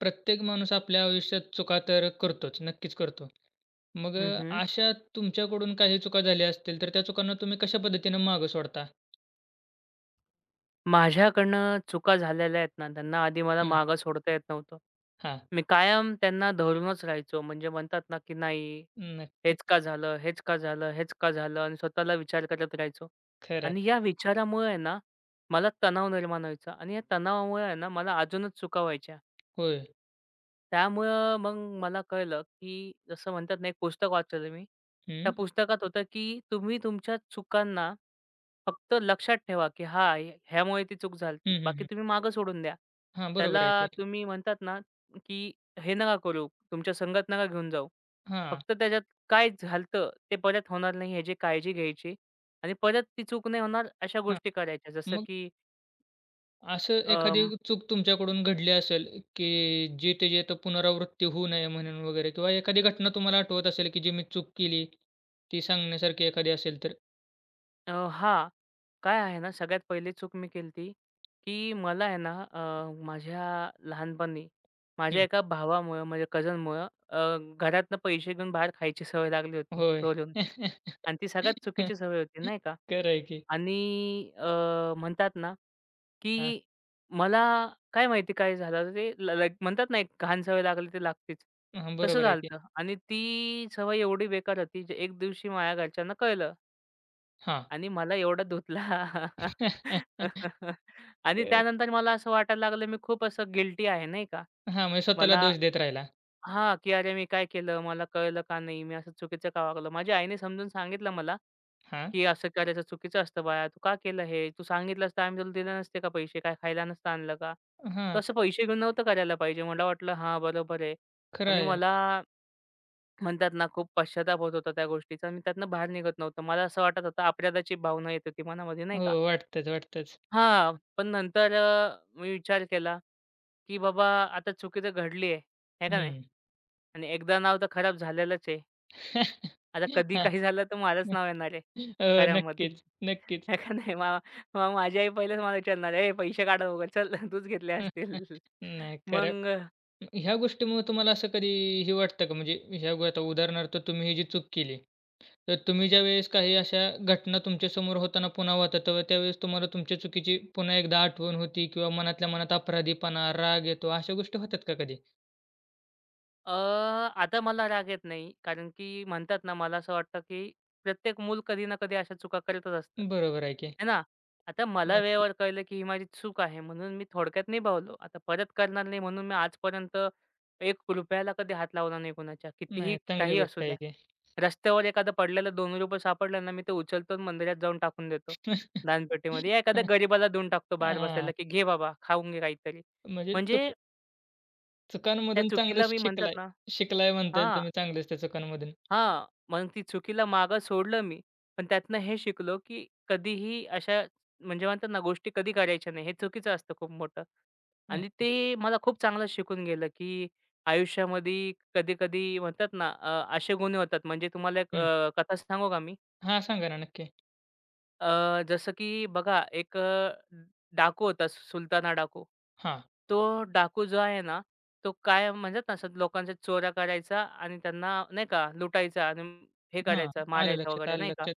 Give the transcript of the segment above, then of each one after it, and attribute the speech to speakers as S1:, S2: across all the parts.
S1: प्रत्येक माणूस आपल्या आयुष्यात चुका तर करतोच, नक्कीच करतो. मग
S2: हं, हं.
S1: अशा तुमच्याकडून काही चुका झाल्या असतील, तर त्या चुकांना तुम्ही कशा पद्धतीनं मागं सोडता?
S2: माझ्याकडनं चुका झालेल्या आहेत ना, त्यांना आधी मला
S1: हां,
S2: मागं सोडता येत नव्हतं.
S1: हां.
S2: मी कायम त्यांना धरूनच राहायचो. म्हणजे म्हणतात ना, की नाही हेच
S1: नक्कीच.
S2: का झालं, हेच का झालं, हेच का झालं आणि स्वतःला विचार करत राहायचो.
S1: खरं
S2: आणि
S1: आहे.
S2: या विचारामुळे आहे ना, मला तणाव निर्माण व्हायचा आणि या तणावामुळे आहे ना, मला अजूनच चुका व्हायच्या.
S1: होय.
S2: त्यामुळं मग मला कळलं, की जसं म्हणतात ना, एक पुस्तक वाचलेलं मी. त्या
S1: हं.
S2: पुस्तकात होतं, की तुम्ही तुमच्या चुकांना फक्त लक्षात ठेवा, की हां, हे ह्यामुळे ती चूक झाली.
S1: हं, हं,
S2: बाकी
S1: हं.
S2: तुम्ही मागं सोडून द्या.
S1: हां, बरोबर आहे
S2: त्याला
S1: ते.
S2: तुम्ही म्हणतात ना, की हे नका करू, तुमच्या संगत नका घेऊन जाऊ.
S1: हां,
S2: फक्त त्याच्यात काय झालं ते परत होणार नाही ह्याची काळजी घ्यायची आणि परत ती चूक नाही होणार अशा
S1: हां.
S2: गोष्टी करायच्या. जसं
S1: मग
S2: की
S1: असं
S2: अ
S1: एखादी चूक तुमच्याकडून घडली असेल, की जी त्याची आता पुनरावृत्ती होऊ नये म्हणून वगैरे किंवा एखादी घटना तुम्हाला आठवत असेल, की जी मी चूक केली, ती सांगण्यासारखी एखादी असेल तर?
S2: अ, हां. काय आहे ना, सगळ्यात पहिली चूक मी केलती, की मला आहे ना माझ्या लहानपणी माझ्या
S1: हं.
S2: एका भावामुळं, माझ्या कझनमुळं, घरातनं पैसे घेऊन बाहेर खायची सवय लागली होती
S1: होय.
S2: चोरून आणि ती सगळ्यात चुकीची सवय होती, नाही का?
S1: खरं आहे की.
S2: आणि म्हणतात ना,
S1: हां.
S2: की मला काय माहिती काय झालं ते लाईक म्हणतात ना, एक घाण सवय लागली ती लागतेच.
S1: हां,
S2: तसं
S1: बरोबर आहे की.
S2: झालं आणि ती सवय एवढी बेकार होती, जे एक दिवशी माझ्या घरच्यांना कळलं.
S1: हां.
S2: आणि मला एवढा धुतला. आणि
S1: तर
S2: त्यानंतर मला असं वाटायला लागलं मी खूप असं गिल्टी आहे नाही का.
S1: हां, म्हणजे स्वतःला
S2: मला
S1: दोष देत राहिला.
S2: हां, की अरे मी काय केलं? मला कळलं का नाही? मी असं चुकीचं का वागलं? माझ्या आईने समजून सांगितलं मला,
S1: हां,
S2: की "असं करायचं चुकीचं असतं बाळा. तू का केलं हे? तू सांगितलंस तर आम्ही तुला दिले नसते का पैसे? काय खायला नसतं आणलं का?"
S1: हां,
S2: तसं पैसे घेऊन नव्हतं करायला पाहिजे. मला वाटलं हां, बरोबर आहे.
S1: खरं
S2: आणि
S1: आहे ना.
S2: मला म्हणतात ना खूप पश्चाताप होत होता त्या गोष्टीचा. मी त्यातनं बाहेर निघत नव्हतो. मला असं वाटत होतं अपराधाची भावना येत होती मनामध्ये नाही
S1: हो,
S2: का.
S1: वाटतंच, वाटतंच.
S2: हां, पण नंतर मी विचार केला, की बाबा आता चुकी तर घडली आहे, आहे का नाही?
S1: हं.
S2: आणि एकदा नाव तर खराब झालेलंच आहे. आता कधी
S1: हां.
S2: काही झालं तर माझंच नाव येणार आहे
S1: हो,
S2: खऱ्यामध्ये,
S1: नक्कीच, नक्कीच.
S2: आहे का नाही? मग मग माझी आई पहिलेच मला विचारणार, "ए, पैसे काढ वगैरे, चल तूच घेतले असतील."
S1: नाही खरं आहे.
S2: मग
S1: ह्या गोष्टीमुळे तुम्हाला असं कधी हे वाटतं का म्हणजे आता उदाहरणार्थ तुम्ही ही जी चूक केली, तर तुम्ही ज्यावेळेस काही अशा घटना तुमच्यासमोर होताना पुन्हा होतात, तेव्हा त्यावेळेस तुम्हाला तुमच्या चुकीची पुन्हा एकदा आठवण होती किंवा मनातल्या मनात अपराधीपणा, राग येतो, अशा गोष्टी होतात का कधी?
S2: अ, आता मला राग येत नाही. कारण की म्हणतात ना, मला असं वाटतं, की प्रत्येक मूल कधी ना कधी अशा चुका करतच असतं.
S1: बरोबर आहे की.
S2: है ना? आता मला
S1: नक्की.
S2: वेळेवर कळलं, की ही माझी चूक आहे म्हणून मी थोडक्यात निभावलो. आता परत करणार नाही म्हणून मी आजपर्यंत ₹1 कधी हात लावला नाही कुणाच्या. कितीही
S1: नाही, चांगली
S2: काही असू
S1: गोष्ट आहे
S2: द्या.
S1: की.
S2: रस्त्यावर एखादा पडलेला ₹2 सापडला ना, मी ते उचलतो आणि मंदिरात जाऊन टाकून देतो दानपेटीमध्ये. या एखाद्या गरिबाला देऊन टाकतो बाहेर बसलेला,
S1: हां,
S2: की "घे बाबा, खाऊन घे काहीतरी."
S1: म्हणजे
S2: म्हणजे त्या
S1: चुकांमधून
S2: चुकीला
S1: चांगलंच
S2: मी म्हणतात
S1: शिकलाय.
S2: ना
S1: शिकलाय म्हणता येईल
S2: हां.
S1: तुम्ही चांगलेच त्या चुकांमधून.
S2: हां, मग ती चुकीला मागं सोडलं मी. पण त्यातनं हे शिकलो, की कधीही अशा म्हणजे म्हणतात ना, गोष्टी कधी करायच्या नाही. हे चुकीचं असतं खूप मोठं.
S1: हं,
S2: आणि ते मला खूप चांगलं शिकून गेलं, की आयुष्यामध्ये कधी-कधी म्हणतात ना, असे गुन्हे होतात. म्हणजे तुम्हाला एक
S1: हं.
S2: कथा सांगू का मी?
S1: हां, सांगा ना नक्की.
S2: जसं की बघा एक डाकू होता सुलताना डाकू.
S1: हां,
S2: तो डाकू जो आहे ना, तो काय म्हणतात ना, असं लोकांच्या चोऱ्या करायचा आणि त्यांना नाही का लुटायचा आणि हे
S1: हां.
S2: करायचा,
S1: आलं
S2: मारायचा
S1: लक्षात,
S2: वगैरे
S1: आलं
S2: नाही का.
S1: लक्षात.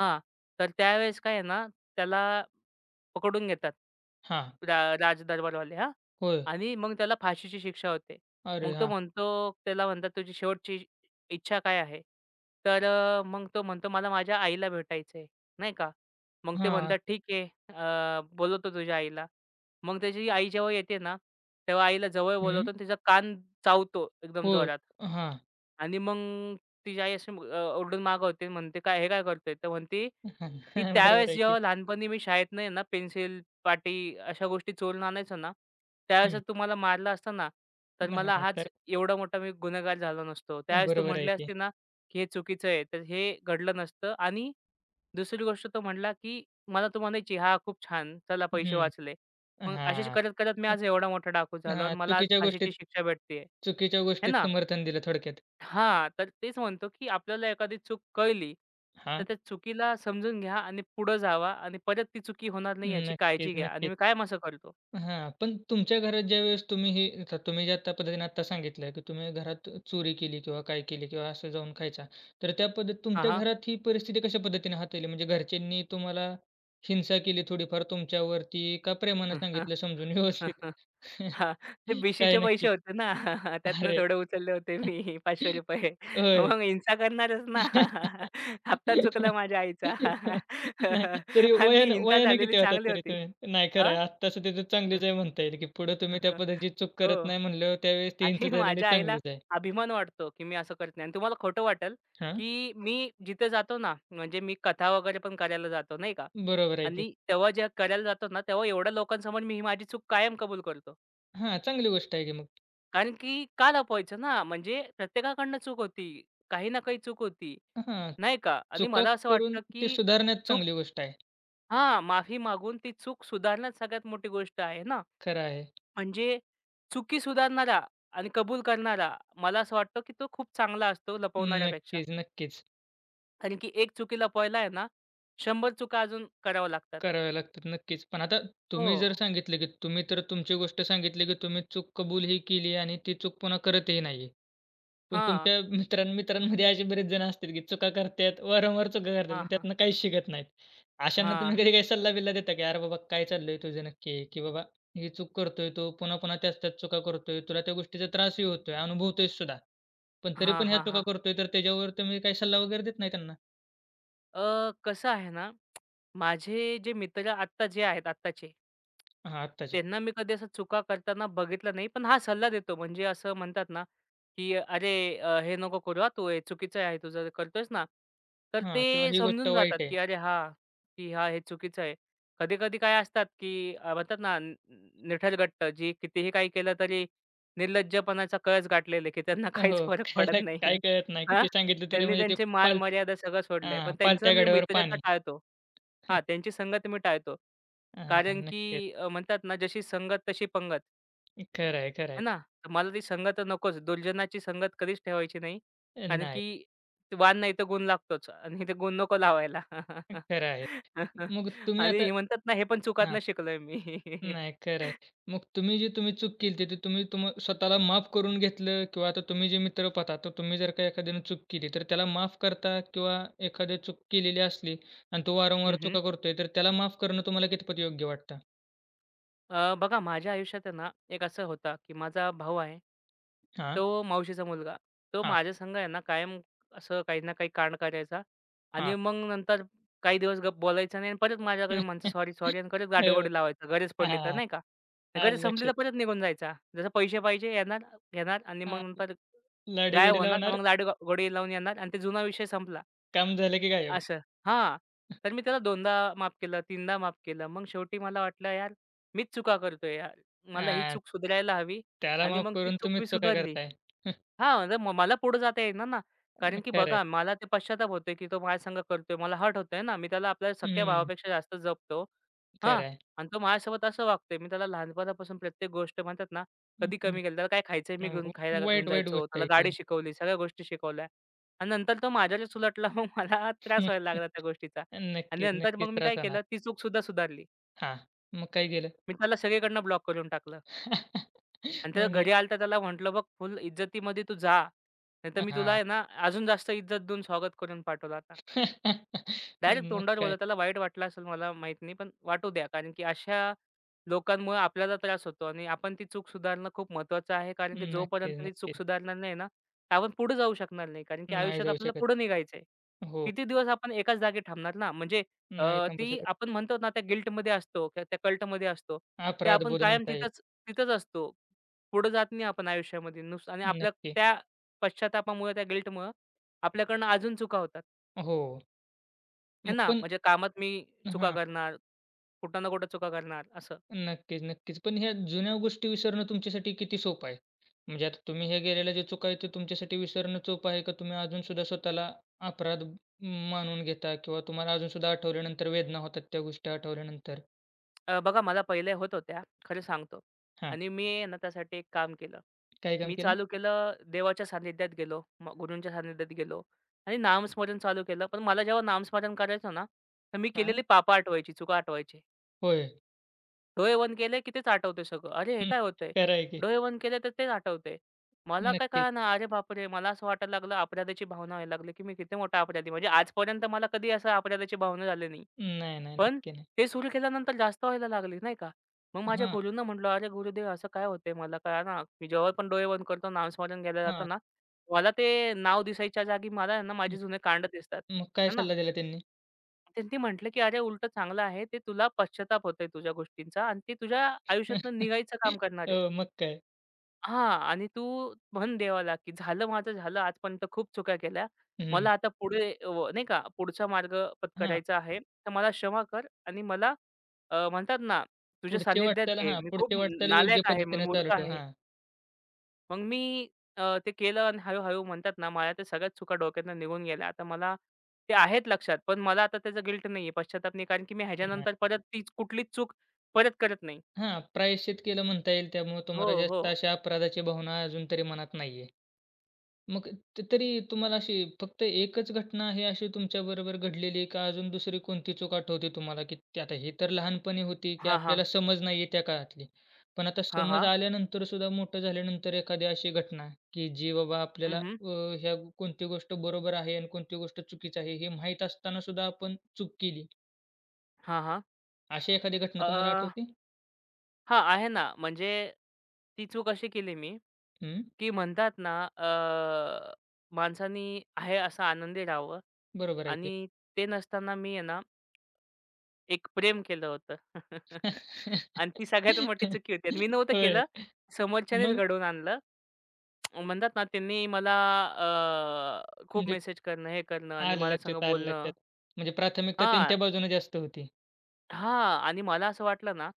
S2: हां, तर त्यावेळेस काय आहे ना, त्याला पकडून घेतात.
S1: हां.
S2: राजदरबारवाले हां.
S1: होय.
S2: आणि मग त्याला फाशीची शिक्षा होते.
S1: अरे
S2: मग तो
S1: हां.
S2: म्हणतो त्याला म्हणतात, "तुझी शेवटची इच्छा काय आहे?" तर मग तो म्हणतो, "मला माझ्या आईला भेटायचंय." नाही का. मग ते
S1: हां.
S2: म्हणतात, "ठीक आहे, बोलवतो तुझ्या आईला." मग त्याची आई जेव्हा येते ना, तेव्हा आईला जवळ
S1: हं.
S2: बोलावतो आणि तिचा कान चावतो एकदम
S1: हो.
S2: जोरात.
S1: हां.
S2: आणि मग तिची आई अशी ओरडून मागं होते. म्हणते, "काय हे काय करतोय?" तर म्हणते, की
S1: बरोबर
S2: "त्यावेळेस
S1: आहे की.
S2: जेव्हा लहानपणी मी शाळेतनं आहे ना पेन्सिल, पाटी अशा गोष्टी चोरून आणायचो ना, त्यावेळेस
S1: हं.
S2: तुम्हाला मारलं असतं ना, तर मला
S1: हां,
S2: हाच
S1: तर
S2: एवढा मोठा मी गुन्हेगार झालो नसतो. त्यावेळेस तू
S1: बरोबर आहे
S2: म्हटली
S1: की.
S2: असती ना, की हे चुकीचं आहे, तर हे घडलं नसतं." आणि दुसरी गोष्ट तो म्हटला, की मला तू म्हणायची, "हां, खूप छान. चला पैसे
S1: हं.
S2: वाचले." मग असे
S1: हां.
S2: करत-करत मी आज एवढा मोठा डाकू झालो आणि
S1: हां,
S2: मला आज फाशीची शिक्षा भेटते
S1: चुकीच्या
S2: है
S1: गोष्टीत
S2: ना?
S1: समर्थन दिलं थोडक्यात.
S2: हां, तर तेच म्हणतो, की आपल्याला एखादी चूक कळली, तर
S1: हां,
S2: त्या चुकीला समजून घ्या आणि पुढे जावा आणि परत ती चुकी होणार नाही याची
S1: नक्कीच,
S2: काळजी घ्या आणि
S1: नक्कीच.
S2: मी कायम असं करतो.
S1: हां, पण तुमच्या घरात ज्यावेळेस तुम्ही हे आता तुम्ही ज्या आता पद्धतीने आत्ता सांगितलं, की तुम्ही घरात चोरी केली किंवा काय केली किंवा असं जाऊन खायचा. तर त्या पद्धत
S2: हां,
S1: तुमच्या
S2: हां.
S1: घरात ही परिस्थिती कशा पद्धतीने हाताळली? म्हणजे घरच्यांनी तुम्हाला हिंसा केली थोडीफार तुमच्यावरती का प्रेमानं
S2: हां,
S1: सांगितलं समजून व्यवस्थित?
S2: ते
S1: काय
S2: बीसीचे
S1: नक्की?
S2: पैसे होते ना, त्यातनं
S1: अरे!
S2: थोडे उचलले होते मी ₹500
S1: होय.
S2: मग हिंसा करणारच ना. हप्ता चुकला माझ्या आईचा
S1: नाही तरी
S2: आणि ती
S1: वयानं
S2: हिंसा
S1: वयानं
S2: झालेली
S1: किती होतात
S2: चांगली
S1: तरी
S2: होती.
S1: तुम्ही? नाही खरं
S2: हां.
S1: आहे. आत्ता सुद्धा ती चांगलीच आहे म्हणता येईल, की पुढे तुम्ही त्या पद्धतीची चूक करत
S2: हो.
S1: नाही म्हणल्यावर त्यावेळेस ती इंच
S2: आणि
S1: झालेली
S2: माझ्या आईला
S1: चांगलीच आहे.
S2: अभिमान वाटतो, की मी असं करत नाही. आणि तुम्हाला खोटं वाटेल,
S1: हां,
S2: की मी जिथे जातो ना, म्हणजे मी कथा वगैरे पण करायला जातो नाही का.
S1: बरोबर आहे की.
S2: आणि तेव्हा जेव्हा करायला जातो ना, तेव्हा एवढ्या लोकांसमोर मी ही माझी चूक कायम कबूल करतो.
S1: हां, चांगली गोष्ट आहे की मग.
S2: कारण की का लपवायचं ना, म्हणजे प्रत्येकाकडनं चूक होती. काही ना काही चूक होती,
S1: हां,
S2: नाही का. आणि
S1: चुका
S2: मला असं
S1: करून
S2: वाटतं,
S1: ती
S2: की
S1: सुधारण्यात
S2: चूक
S1: चांगली गोष्ट आहे.
S2: हां, माफी मागून ती चूक सुधारणं सगळ्यात मोठी गोष्ट आहे ना.
S1: खरं आहे.
S2: म्हणजे चुकी सुधारणारा आणि कबूल करणारा, मला असं वाटतं, की तो खूप चांगला असतो लपवणाऱ्यापेक्षा.
S1: नक्कीच, नक्कीच.
S2: कारण की एक चुकी लपवायला आहे ना, 100 चुका अजून कराव्या लागतात.
S1: कराव्या लागतात नक्कीच. पण आता
S2: हो.
S1: तुम्ही जर सांगितलं, की तुम्ही तर तुमची गोष्ट सांगितली, की तुम्ही चूक कबूलही केली आणि ती चूक पुन्हा करतही नाहीये. पण
S2: हां.
S1: तुमच्या मित्रांमध्ये असे बरेच जण असतील, की चुका करतात, वारंवार चुका करतात,
S2: हां,
S1: पण
S2: हां.
S1: त्यातनं काहीच शिकत नाहीत. अशांना तुम्ही
S2: हां.
S1: कधी काही सल्ला-बिल्ला देता, की "अरे बाबा, काय चाललंय तुझं नक्की?" की "बाबा, ही चूक करतोय तू, पुन्हा-पुन्हा त्याच त्याच चुका करतोय. तुला त्या गोष्टीचा त्रासही होतोय, अनुभवतोयस सुद्धा. पण तरी
S2: हां,
S1: पण ह्या
S2: हां,
S1: चुका
S2: हां.
S1: करतोय." तर त्याच्यावर तुम्ही काही सल्ला वगैरे देत नाही त्यांना?
S2: कसं आहे ना माझे जे मित्र आत्ता जे आहेत आत्ताचे
S1: हां, आत्ताचे.
S2: त्यांना मी कधी असं चुका करताना बघितलं नाही. पण हा सल्ला देतो म्हणजे असं म्हणतात ना, की "अरे, हे नको करू हां, तू हे चुकीचं आहे तू जर करतोयस ना." तर
S1: हां, किंवा
S2: ते
S1: "ही गोष्ट
S2: समजून जातात,
S1: वाईट आहे."
S2: की "अरे हां, की हां, हे चुकीचं आहे." कधी-कधी काय असतात, की म्हणतात ना निठरगट्ट जी कितीही काही केलं तरी निर्लज्जपणाचा कळस गाठलेले, की त्यांना काहीच
S1: हो.
S2: फरक पडत
S1: खायला काय
S2: नाही.
S1: कळत नाही.
S2: हां?
S1: किती सांगितलं तरी
S2: त्यांनी
S1: म्हणजे ते
S2: त्यांचे
S1: पाल
S2: मान-मर्यादा सगळं सोडलंय.
S1: हां,
S2: पण त्यांचं
S1: पालत्या
S2: मी
S1: घड्यावर
S2: मित्रता
S1: पाणी.
S2: टाळतो. हां, त्यांची संगत मी टाळतो.
S1: हां,
S2: कारण की
S1: नक्कीच.
S2: म्हणतात ना, जशी संगत तशी पंगत.
S1: खरं आहे, खरं आहे.
S2: है ना? तर मला ती संगत नकोच. दुर्जनाची संगत कधीच ठेवायची नाही. कारण
S1: नाही,
S2: की वाण नाही तर गुण लागतोच आणि ते गुण नको लावायला.
S1: खरं आहे. मग तुम्ही
S2: आणि
S1: आता
S2: हे म्हणतात ना, हे पण चुकातनं
S1: हां,
S2: शिकलोय मी.
S1: नाही खरं आहे. मग तुम्ही जी तुम्ही चूक केली ती तुम्ही स्वतःला माफ करून घेतलं किंवा आता तुम्ही जे मित्र पाहता, तर तुम्ही जर का एखाद्याने चूक केली, तर त्याला माफ करता किंवा एखादी चूक केलेली असली आणि तो वारंवार
S2: हं,
S1: चुका करतोय, तर त्याला माफ करणं तुम्हाला कितपत योग्य वाटतं?
S2: बघा माझ्या आयुष्यात आहे ना, एक असं होता, की माझा भाऊ आहे.
S1: हां,
S2: तो मावशीचा मुलगा. तो
S1: हां,
S2: माझ्या संग आहे ना, कायम असं काही ना काही कांड करायचा आणि
S1: हां.
S2: मग नंतर काही दिवस गप बोलायचा नाही आणि परत माझ्याकडे म्हणतो, "सॉरी, सॉरी" आणि परत
S1: हं.
S2: गाडीगोडी लावायचा. गरज पडली तर
S1: हां.
S2: नाही का. आणि गरज
S1: आलं
S2: संपली
S1: लक्षात.
S2: तर परत निघून जायचा. जसं पैसे पाहिजे येणार, घेणार आणि मग
S1: हां,
S2: नंतर गायब
S1: लाडीगोडी
S2: होणार. मग
S1: लावणार,
S2: दाढी गोडी लावून येणार आणि ते जुना विषय संपला.
S1: काम झालं की गायब.
S2: असं. हां. तर मी त्याला 2दा माफ केलं, 3दा माफ केलं. मग शेवटी मला वाटलं यार मीच चुका करतोय यार. मला ही
S1: हां,
S2: चूक सुधारायला हवी
S1: त्याला
S2: आणि
S1: माफ
S2: मग ती
S1: करून
S2: चूक
S1: तुम्हीच
S2: मी
S1: चुका
S2: सुधारली.
S1: करताय.
S2: हां, म्हणजे मला पुढे जाता येईना ना. कारण की
S1: खरं आहे.
S2: बघा मला ते पश्चाताप होतोय, की तो माझ्यासंग करतोय. मला हर्ट होतंय ना. मी त्याला आपल्या सख्या
S1: हं,
S2: भावापेक्षा जास्त जपतो. हां.
S1: खरं आहे.
S2: आणि तो माझ्यासोबत असं वागतोय. मी त्याला लहानपणापासून प्रत्येक गोष्ट म्हणतात ना,
S1: हं,
S2: कधी
S1: हं.
S2: कमी केली. त्याला काय खायचंय
S1: अ,
S2: मी घेऊन खायला घेऊन
S1: वाईट, वाईट
S2: जायचो.
S1: गोष्ट
S2: त्याला
S1: आहे ती.
S2: गाडी शिकवली, सगळ्या गोष्टी शिकवल्या. आणि नंतर तो माझ्यावरच उलटला. मग मला त्रास व्हायला लागला त्या गोष्टीचा. आणि
S1: नक्कीच,
S2: नंतर
S1: नक्कीच
S2: मग मी
S1: त्रास
S2: काय
S1: होणार.
S2: केलं, ती चूक सुद्धा सुधारली.
S1: हां, मग काय केलं?
S2: मी त्याला सगळीकडनं ब्लॉक करून टाकलं. आणि त्याला
S1: म्हणजे
S2: घरी आला तर त्याला म्हटलं, "बघ फुल इज्जतीमध्ये तू जा. नाहीतर मी तुला
S1: हां.
S2: आहे ना, अजून जास्त इज्जत देऊन स्वागत करून पाठवलं आता." डायरेक्ट
S1: मग
S2: तोंडावर
S1: काय?
S2: बोलला. त्याला वाईट वाटलं असेल मला माहीत नाही, पण वाटू द्या. कारण की अशा लोकांमुळे आपल्याला त्रास होतो आणि आपण ती चूक सुधारणं खूप महत्त्वाचं आहे. कारण की जोपर्यंत
S1: नक्कीच,
S2: ती चूक
S1: नक्कीच.
S2: सुधारणार नाही ना, आपण पुढे जाऊ शकणार नाही. कारण की
S1: नाही
S2: आयुष्यात
S1: जाऊ
S2: आपल्याला
S1: शकत.
S2: पुढे निघायचंय.
S1: हो,
S2: किती दिवस आपण एकाच जागी थांबणार ना? म्हणजे
S1: नाही थांबू
S2: ती
S1: शकत.
S2: आपण म्हणतो ना, त्या गिल्टमध्ये असतो किंवा त्या कल्टमध्ये असतो. ते आपण
S1: अपराधबोध
S2: कायम
S1: म्हणता येईल.
S2: तिथंच तिथंच असतो. पुढे जात नाही आपण आयुष्यामध्ये नुसतं आणि आपल्या
S1: नक्की.
S2: त्या पश्चात्तापामुळे, त्या गिल्टमुळं आपल्याकडनं अजून चुका होतात.
S1: हो,
S2: हे
S1: मग
S2: ना,
S1: पण
S2: म्हणजे कामात मी चुका
S1: हां.
S2: करणार, कुठं ना कुठं चुका करणार असं.
S1: नक्कीच, नक्कीच. पण ह्या जुन्या गोष्टी विसरणं तुमच्यासाठी किती सोपं आहे? म्हणजे आता तुम्ही हे गेलेल्या ज्या चुका आहेत, ते तुमच्यासाठी विसरणं सोपं आहे का तुम्ही अजूनसुद्धा स्वतःला अपराध मानून घेता किंवा तुम्हाला अजूनसुद्धा आठवल्यानंतर वेदना होतात त्या गोष्टी आठवल्यानंतर?
S2: बघा मला पहिले होत होत्या, खरं सांगतो
S1: हां.
S2: आणि मी आहे ना त्यासाठी एक काम केलं.
S1: काय काम
S2: मी
S1: केलं?
S2: चालू केलं देवाच्या सान्निध्यात गेलो, गुरूंच्या सान्निध्यात गेलो आणि नामस्मरण चालू केलं. पण मला जेव्हा नामस्मरण करायचं ना, तर मी
S1: हां.
S2: केलेली पापं आठवायची, चुका आठवायची.
S1: होय.
S2: डोळे बंद केले की तेच आठवतंय सगळं. अरे, हे
S1: हं.
S2: काय होतंय?
S1: खरं आहे की.
S2: डोळे बंद केले तर तेच आठवतंय. मला काय
S1: नक्कीच.
S2: कळेना. अरे बापरे! मला असं वाटायला लागलं अपराधाची भावना व्हायला लागली, की मी किती मोठा अपराधी. म्हणजे आजपर्यंत मला कधी असं अपराधाची भावना झाली नाही.
S1: नाही, नाही.
S2: पण
S1: नक्की नाही.
S2: ते सुरू केल्यानंतर जास्त व्हायला लागली, नाही का. मग माझ्या
S1: हां,
S2: गुरूंना म्हटलं, "अरे गुरुदेव असं काय होतंय मला कळेना. मी जेव्हा पण डोळे बंद करतो नामस्मरण घ्यायला जातो
S1: हां.
S2: ना, मला ते नाव दिसायच्या जागी मला आहे ना माझे
S1: हं.
S2: जुने कांड दिसतात."
S1: मग काय
S2: आहे ना.
S1: सल्ला दिला त्यांनी?
S2: त्यांनी म्हटलं, की "अरे उलटं चांगलं आहे. ते तुला पश्चाताप होतोय तुझ्या गोष्टींचा आणि ते तुझ्या आयुष्यातून निघायचं काम करणार आहे."
S1: मग काय?
S2: हां. आणि तू म्हण देवाला, की झालं माझं झालं. आजपर्यंत खूप चुका केल्या.
S1: हं.
S2: मला आता पुढे व नाही का पुढचा मार्ग
S1: हां.
S2: पत्करायचा आहे. तर मला क्षमा कर आणि मला म्हणतात ना, तुझ्या
S1: पुढची
S2: सानिध्यात
S1: वाटचाल
S2: घे.
S1: हां,
S2: मी खूप
S1: पुढची वाटचाल योग्य
S2: नालायक आहे, मी
S1: पद्धतीने
S2: मूर्ख
S1: चालू
S2: आहे.
S1: ठेवा.
S2: मग मी ते केलं आणि हळू-हळू म्हणतात ना, माझ्या त्या सगळ्याच चुका डोक्यातनं निघून गेल्या. आता मला ते आहेत लक्षात, पण मला आता त्याचा गिल्ट नाहीये, पश्चाताप नाही. कारण की मी
S1: हां.
S2: ह्याच्यानंतर परत तीच कुठलीच चूक परत करत नाही.
S1: हां, प्रायश्चित केलं म्हणता येईल. त्यामुळे
S2: हो,
S1: तुम्हाला
S2: हो.
S1: जास्त अशा अपराधाची भावना अजून तरी मनात नाहीये. मग तरी तुम्हाला अशी फक्त एकच घटना आहे अशी तुमच्याबरोबर घडलेली का अजून दुसरी कोणती चूक आठवते तुम्हाला, की ते आता हे तर लहानपणी होती, की
S2: हां, हां.
S1: आपल्याला समज नाहीये त्या काळातली. पण आता
S2: हां,
S1: समज
S2: हां.
S1: आल्यानंतर सुद्धा मोठं झाल्यानंतर एखादी अशी घटना, की जी बाबा
S2: हं,
S1: आपल्याला
S2: हं.
S1: ह्या कोणती गोष्ट बरोबर आहे आणि कोणती गोष्ट चुकीची आहे हे माहीत असताना सुद्धा आपण चूक केली.
S2: हां, हां.
S1: अशी एखादी घटना
S2: अ,
S1: तुम्हाला आठवते?
S2: हां, आहे ना. म्हणजे ती चूक अशी केली मी,
S1: हं,
S2: की म्हणतात ना माणसानी आहे असं आनंदी राहावं
S1: बरोबर आहे.
S2: आणि ते नसताना मी आहे ना, एक प्रेम केलं होतं. आणि ती सगळ्यात मोठी चुकी होती आणि मी नव्हतं
S1: होय.
S2: केलं. समोरच्यानेच
S1: मग
S2: घडवून आणलं. म्हणतात ना त्यांनी मला खूप
S1: म्हणजे
S2: मेसेज करणं, हे करणं आणि
S1: आलं
S2: माझ्यासंग
S1: लक्षात, आलं
S2: बोलणं
S1: लक्षात. म्हणजे प्राथमिकता
S2: हां.
S1: त्यांच्या बाजूने जास्त होती.
S2: हां. आणि मला असं वाटलं ना,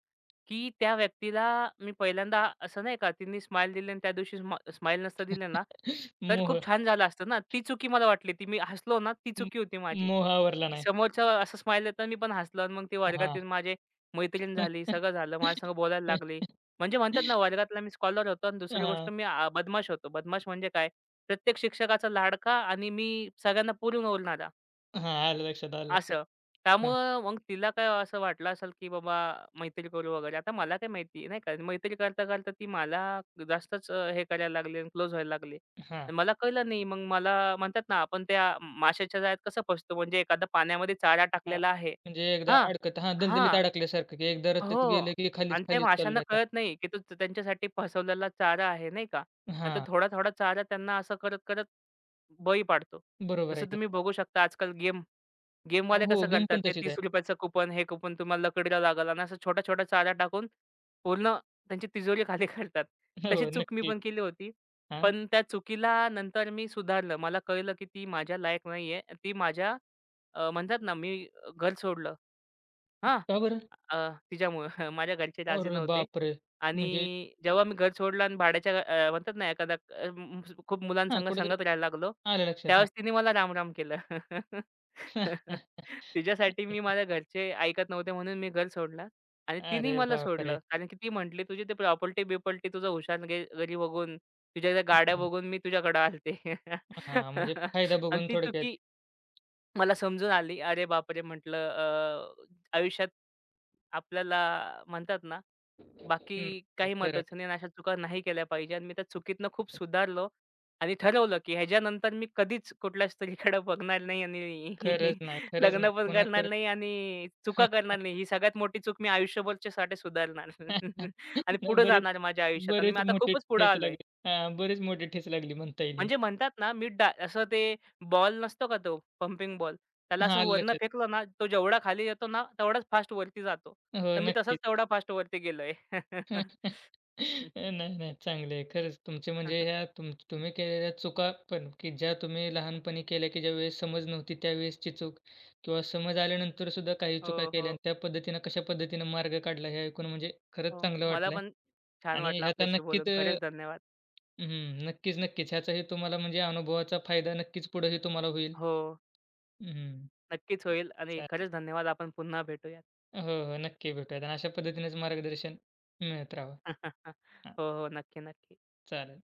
S2: की त्या व्यक्तीला मी पहिल्यांदा असं नाही का तिने स्माईल दिली आणि त्या दिवशी स्माईल नसतं दिलं ना, तर
S1: मोह
S2: खूप छान झालं असतं ना. ती चुकी मला वाटली. ती मी हसलो ना, ती
S1: म
S2: चुकी होती माझी.
S1: मोह आवरला
S2: की
S1: नाही.
S2: समोरचा असं स्माईल देताना मी पण हसलो आणि मग ती वर्गात
S1: हां.
S2: येऊन माझी मैत्रीण झाली, सगळं झालं. माझ्यासंग बोलायला लागली. म्हणजे म्हणतात ना वर्गातला मी स्कॉलर होतो आणि दुसरी गोष्ट
S1: हां,
S2: मी बदमाश होतो. बदमाश म्हणजे काय? प्रत्येक शिक्षकाचा लाडका आणि मी सगळ्यांना पुरून उरणारा.
S1: हां. आलं लक्षात, आलं लक्षात.
S2: असं.
S1: हां,
S2: त्यामुळं मग तिला काय असं वाटलं असेल, की बाबा मैत्री करू वगैरे. आता मला काय माहिती नाही का, मैत्री करता-करता ती मला जास्तच हे करायला लागली क्लोज व्हायला लागली.
S1: हां,
S2: आणि मला कळलं नाही. मग मला म्हणतात ना, आपण त्या माशाच्या जाळ्यात कसं फसतो, म्हणजे एखादा पाण्यामध्ये चारा
S1: हां.
S2: टाकलेला आहे.
S1: म्हणजे एकदा
S2: हां,
S1: अडकत हां, दलदलीत
S2: हां.
S1: अडकल्यासारखं, की एकदा रस्त्यात
S2: हो.
S1: गेलं, की खालीच,
S2: आणि त्या
S1: खालीच
S2: माशांना
S1: चालले आता.
S2: कळत नाही, की त्यांच्यासाठी फसवलेला चारा आहे, नाही का. आणि तो
S1: हां,
S2: थोडा-थोडा चारा त्यांना असं करत-करत बळी पाडतो.
S1: बरोबर आहे
S2: जसं
S1: की.
S2: तुम्ही बघू शकता आजकाल गेमवाले
S1: हो,
S2: कसं
S1: गेम
S2: करतात
S1: पण
S2: ते
S1: तशीच आहे.
S2: ₹30चं कुपन, हे कुपन तुम्हाला लकडीला लागल आणि असा छोटा-छोटा चारा टाकून पूर्ण त्यांची तिजोरी खाली करतात. तशी
S1: हो,
S2: चूक मी
S1: नक्कीच.
S2: पण केली होती.
S1: हां,
S2: पण त्या चुकीला नंतर मी सुधारलं. मला कळलं की ती माझ्या लायक नाहीये. ती माझ्या म्हणतात ना, मी घर सोडलं. हां.
S1: का बरं?
S2: अ, तिच्यामुळं माझ्या घरचे राजी
S1: अरे
S2: नव्हते
S1: बापरे!
S2: आणि
S1: म्हणजे
S2: जेव्हा मी घर सोडलं आणि म्हणतात ना एखादा खूप
S1: हां,
S2: मुलांसंग
S1: कुठेतरी
S2: संगत राहायला लागलो.
S1: आलं लक्षात. हां.
S2: त्यावेळेस तिने मला राम-राम केलं. तिच्यासाठी मी माझ्या घरचे ऐकत नव्हते म्हणून मी घर सोडलं आणि तिने
S1: अरे
S2: मला सोडलं.
S1: बापरे!
S2: कारण की ती म्हटली, "तुझी ती प्रॉपर्टी-बिपर्टी तुझं हुशारगिरी बघून, तुझ्या त्या गाड्या
S1: हां,
S2: बघून मी तुझ्याकडे आलते."
S1: हां, म्हणजे फायदा
S2: आणि
S1: बघून
S2: ती
S1: थोडक्यात
S2: चुकी मला समजून आली. अरे बापरे! म्हटलं आयुष्यात आपल्याला म्हणतात ना,
S1: हं,
S2: बाकी
S1: हे
S2: काही
S1: खरं आहे.
S2: महत्त्वाचं नाही आणि अशा चुका नाही केल्या पाहिजे आणि मी त्या चुकीतनं खूप सुधारलो आणि ठरवलं, की ह्याच्यानंतर मी कधीच कुठल्या स्त्रीकडे बघणार नाही आणि
S1: खरंच नाही, खरंच नाही.
S2: लग्न पण
S1: पुन्हा
S2: करणार
S1: तर
S2: नाही आणि चुका करणार नाही. ही सगळ्यात मोठी चूक मी आयुष्यभरच्यासाठी सुधारणार आणि
S1: नाही
S2: पुढे
S1: बरेच,
S2: जाणार माझ्या आयुष्यात आणि मी
S1: बरेच
S2: आता
S1: मोठे
S2: खूपच पुढे
S1: ठेच
S2: आलोय.
S1: लागली. हां, बरीच मोठी ठेच लागली म्हणता येईल ही.
S2: म्हणजे म्हणतात ना मी डा असं ते बॉल नसतो का तो पंपिंग बॉल, त्याला
S1: हां,
S2: असं
S1: आलं
S2: वरनं
S1: लक्षात.
S2: फेकलं ना, तो जेवढा खाली येतो ना, तेवढाच फास्ट वरती जातो.
S1: हो,
S2: तर मी तसाच
S1: नक्कीच.
S2: तेवढा फास्ट वरती गेलोय.
S1: नाही, नाही. चांगली आहे. खरंच तुमचे म्हणजे ह्या तुम्ही केलेल्या चुका पण, की ज्या तुम्ही लहानपणी केल्या, की ज्यावेळेस समज नव्हती त्यावेळेसची चूक किंवा समज आल्यानंतर सुद्धा काही चुका
S2: हो,
S1: केल्या
S2: हो,
S1: आणि त्या पद्धतीनं कशा पद्धतीनं मार्ग काढला हे ऐकून म्हणजे खरंच
S2: हो.
S1: चांगलं
S2: मला
S1: वाटलं
S2: पण छान
S1: आणि
S2: वाटलं
S1: ह्याचा
S2: आपल्याशी
S1: नक्कीच
S2: बोलून. खरंच धन्यवाद.
S1: हं, नक्कीच, नक्कीच. ह्याचाही तुम्हाला म्हणजे अनुभवाचा फायदा नक्कीच पुढेही तुम्हाला होईल.
S2: हो,
S1: हं,
S2: नक्कीच होईल आणि
S1: चालेल.
S2: खरंच धन्यवाद. आपण पुन्हा भेटूयात.
S1: हो, हो. नक्की भेटूयात आणि अशा पद्धतीनेच मार्गदर्शन मिळत राहावं. हां,
S2: हो, हो. नक्की, नक्की.
S1: चालेल.